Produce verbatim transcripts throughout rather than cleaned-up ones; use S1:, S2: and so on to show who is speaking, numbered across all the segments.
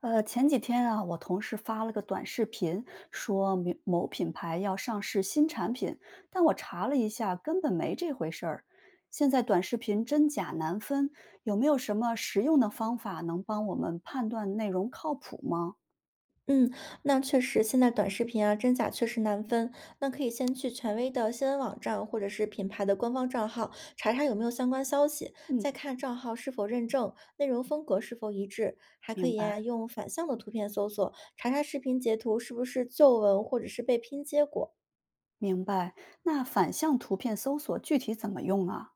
S1: 呃，前几天啊，我同事发了个短视频，说某某品牌要上市新产品，但我查了一下，根本没这回事儿。现在短视频真假难分，有没有什么实用的方法能帮我们判断内容靠谱吗？
S2: 嗯，那确实，现在短视频啊，真假确实难分。那可以先去权威的新闻网站或者是品牌的官方账号查查有没有相关消息，
S1: 嗯，
S2: 再看账号是否认证，内容风格是否一致。还可
S1: 明
S2: 以
S1: 白，
S2: 呀、用反向的图片搜索，查查视频截图是不是旧文或者是被拼接过。
S1: 明白。那反向图片搜索具体怎么用啊？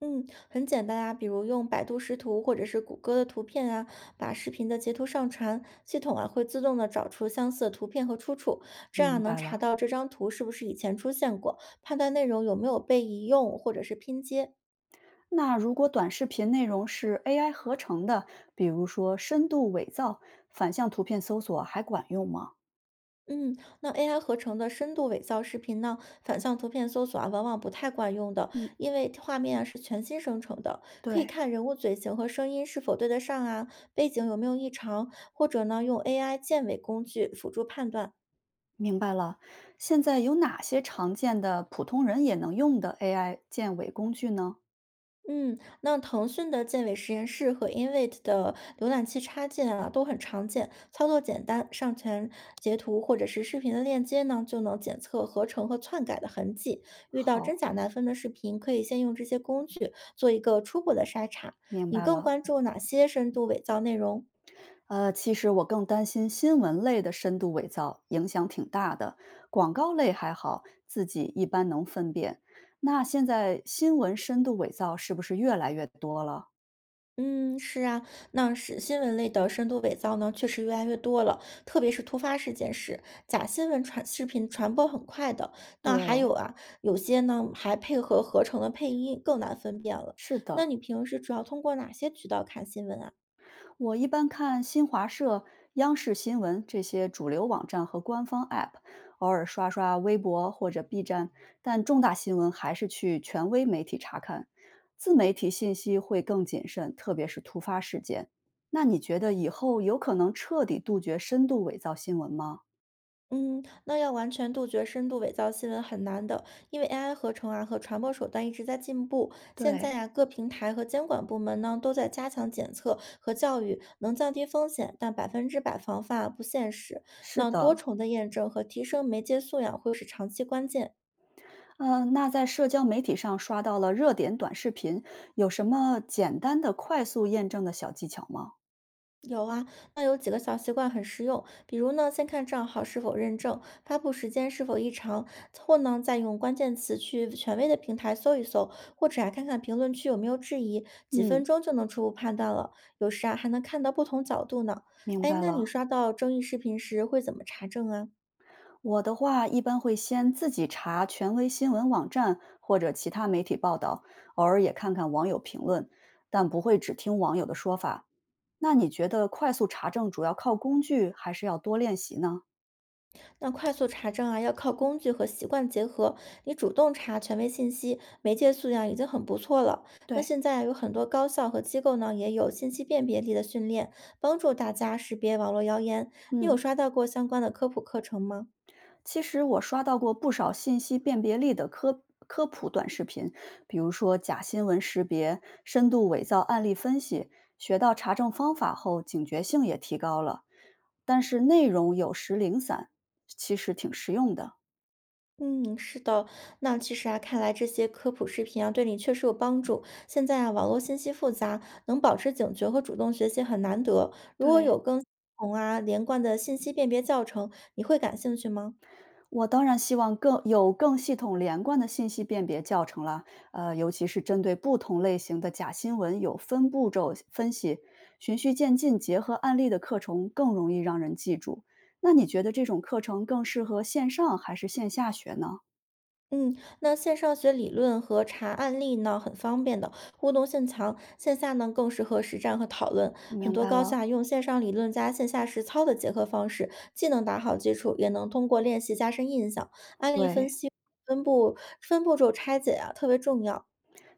S2: 嗯，很简单啊，比如用百度识图或者是谷歌的图片啊，把视频的截图上传，系统啊会自动的找出相似的图片和出处，这
S1: 明
S2: 样能
S1: 白
S2: 查
S1: 了。
S2: 到这张图是不是以前出现过，判断内容有没有被移用或者是拼接。
S1: 那如果短视频内容是 A I 合成的，比如说深度伪造，反向图片搜索还管用吗？
S2: 嗯，那 A I 合成的深度伪造视频呢，反向图片搜索啊，往往不太管用的，
S1: 嗯。
S2: 因为画面啊是全新生成的，可以
S1: 对，
S2: 看人物嘴型和声音是否对得上啊，背景有没有异常，或者呢用 A I 建伪工具辅助判断。
S1: 明白了。现在有哪些常见的普通人也能用的 A I 建伪工具呢？
S2: 嗯，那腾讯的建伟实验室和 Invite 的浏览器插件啊，都很常见，操作简单，上传截图或者是视频的链接呢，就能检测合成和篡改的痕迹。遇到真
S1: 好，
S2: 假难分的视频，可以先用这些工具做一个初步的筛查。
S1: 明
S2: 你
S1: 白
S2: 更
S1: 了。
S2: 关注哪些深度伪造内容？
S1: 呃，其实我更担心新闻类的深度伪造影响挺大的，广告类还好，自己一般能分辨。那现在新闻深度伪造是不是越来越多了？
S2: 嗯，是啊，那是新闻类的深度伪造呢，确实越来越多了，特别是突发事件时，假新闻传视频传播很快的。那还
S1: 对，
S2: 有啊，有些呢还配合合成的配音，更难分辨了。
S1: 是
S2: 那
S1: 的。
S2: 你平时主要通过哪些渠道看新闻啊？
S1: 我一般看新华社、央视新闻这些主流网站和官方 App,偶尔刷刷微博或者 B 站，但重大新闻还是去权威媒体查看。自媒体信息会更谨慎，特别是突发事件。那你觉得以后有可能彻底杜绝深度伪造新闻吗？
S2: 嗯，那要完全杜绝深度伪造新闻很难的，因为 A I 合成啊和传播手段一直在进步。现在
S1: 对，
S2: 啊，各平台和监管部门呢都在加强检测和教育，能降低风险，但百分之百防范啊不现实。
S1: 是
S2: 那
S1: 的，
S2: 多重的验证和提升媒介素养会是长期关键。
S1: 嗯，那在社交媒体上刷到了热点短视频，有什么简单的、快速验证的小技巧吗？
S2: 有啊，那有几个小习惯很实用，比如呢，先看账号是否认证，发布时间是否异常，后呢，再用关键词去权威的平台搜一搜，或者啊，看看评论区有没有质疑，几分
S1: 嗯，
S2: 钟就能初步判断了。有时啊，还能看到不同角度呢。
S1: 明
S2: 哎，
S1: 白
S2: 那你
S1: 了。
S2: 刷到争议视频时会怎么查证啊？
S1: 我的话一般会先自己查权威新闻网站或者其他媒体报道，偶尔也看看网友评论，但不会只听网友的说法。那你觉得快速查证主要靠工具，还是要多练习呢？
S2: 那快速查证啊，要靠工具和习惯结合。你主动查权威信息，媒介素养已经很不错了。那
S1: 对，
S2: 现在有很多高校和机构呢，也有信息辨别力的训练，帮助大家识别网络谣言。你有
S1: 嗯。
S2: 刷到过相关的科普课程吗？
S1: 其实我刷到过不少信息辨别力的科科普短视频，比如说假新闻识别、深度伪造案例分析，学到查证方法后，警觉性也提高了。但是内容有时零散，其实挺实用的。
S2: 嗯，是的。那其实啊，看来这些科普视频啊，对你确实有帮助。现在啊，网络信息复杂，能保持警觉和主动学习很难得。如果
S1: 对，
S2: 有更系统啊连贯的信息辨别教程，你会感兴趣吗？
S1: 我当然希望更有更系统连贯的信息辨别教程了，呃，尤其是针对不同类型的假新闻有分步骤分析，循序渐进，结合案例的课程更容易让人记住。那你觉得这种课程更适合线上还是线下学呢？
S2: 嗯，那线上学理论和查案例呢，很方便的，互动性强；线下呢，更适合实战和讨论。很
S1: 明
S2: 多
S1: 白
S2: 高校
S1: 了，
S2: 啊用线上理论加线下实操的结合方式，既能打好基础，也能通过练习加深印象。案例分
S1: 对。
S2: 析、分布、分步骤拆解啊，特别重要。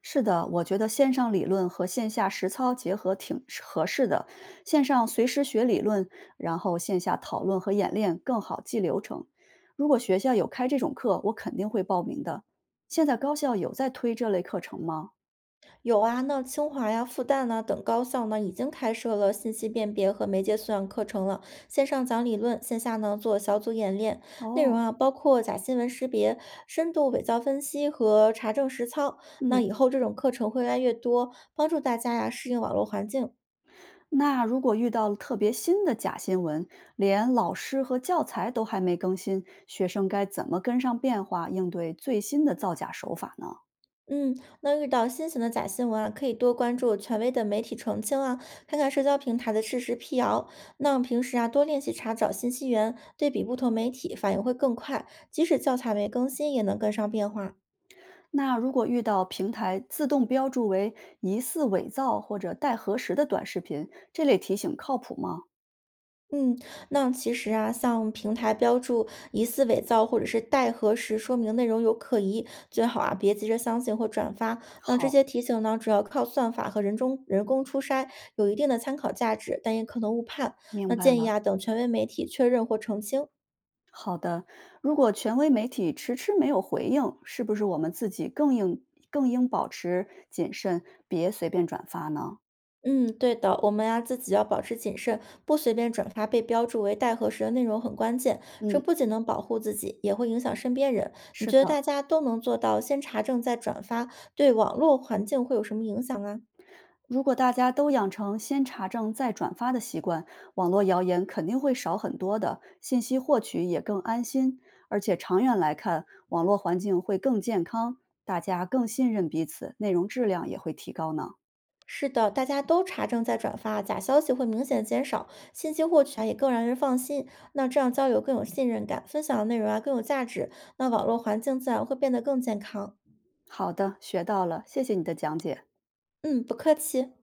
S1: 是的，我觉得线上理论和线下实操结合挺是合适的。线上随时学理论，然后线下讨论和演练更好记流程。如果学校有开这种课，我肯定会报名的。现在高校有在推这类课程吗？
S2: 有啊，那清华呀、复旦呐、等高校呢，已经开设了信息辨别和媒介素养课程了，线上讲理论，线下呢做小组演练，内容
S1: 哦，
S2: 啊包括假新闻识别、深度伪造分析和查证实操。那
S1: 嗯，
S2: 以后这种课程会越来越多，帮助大家呀适应网络环境。
S1: 那如果遇到了特别新的假新闻，连老师和教材都还没更新，学生该怎么跟上变化，应对最新的造假手法呢？
S2: 嗯，那遇到新型的假新闻啊，可以多关注权威的媒体澄清啊，看看社交平台的事实辟谣。那平时啊，多练习查找信息源，对比不同媒体，反应会更快。即使教材没更新，也能跟上变化。
S1: 那如果遇到平台自动标注为疑似伪造或者待核实的短视频，这类提醒靠谱吗？
S2: 嗯，那其实啊，像平台标注疑似伪造或者是待核实，说明内容有可疑，最好啊别急着相信或转发。那这
S1: 好，
S2: 些提醒呢，主要靠算法和人中人工初筛，有一定的参考价值，但也可能误判。
S1: 明
S2: 那
S1: 白
S2: 建议
S1: 了。
S2: 啊，等权威媒体确认或澄清。
S1: 好的，如果权威媒体迟迟没有回应，是不是我们自己更应更应保持谨慎，别随便转发呢？
S2: 嗯，对的，我们呀自己要保持谨慎，不随便转发被标注为待核实的内容很关键。这
S1: 嗯，
S2: 不仅能保护自己，也会影响身边人。你
S1: 是
S2: 觉得
S1: 的。
S2: 大家都能做到先查证再转发，对网络环境会有什么影响啊？
S1: 如果大家都养成先查证再转发的习惯，网络谣言肯定会少很多的，信息获取也更安心，而且长远来看，网络环境会更健康，大家更信任彼此，内容质量也会提高呢。
S2: 是的，大家都查证再转发，假消息会明显减少，信息获取啊也更让人放心。那这样交流更有信任感，分享的内容啊更有价值，那网络环境自然会变得更健康。
S1: 好的，学到了，谢谢你的讲解。
S2: 嗯，不客气。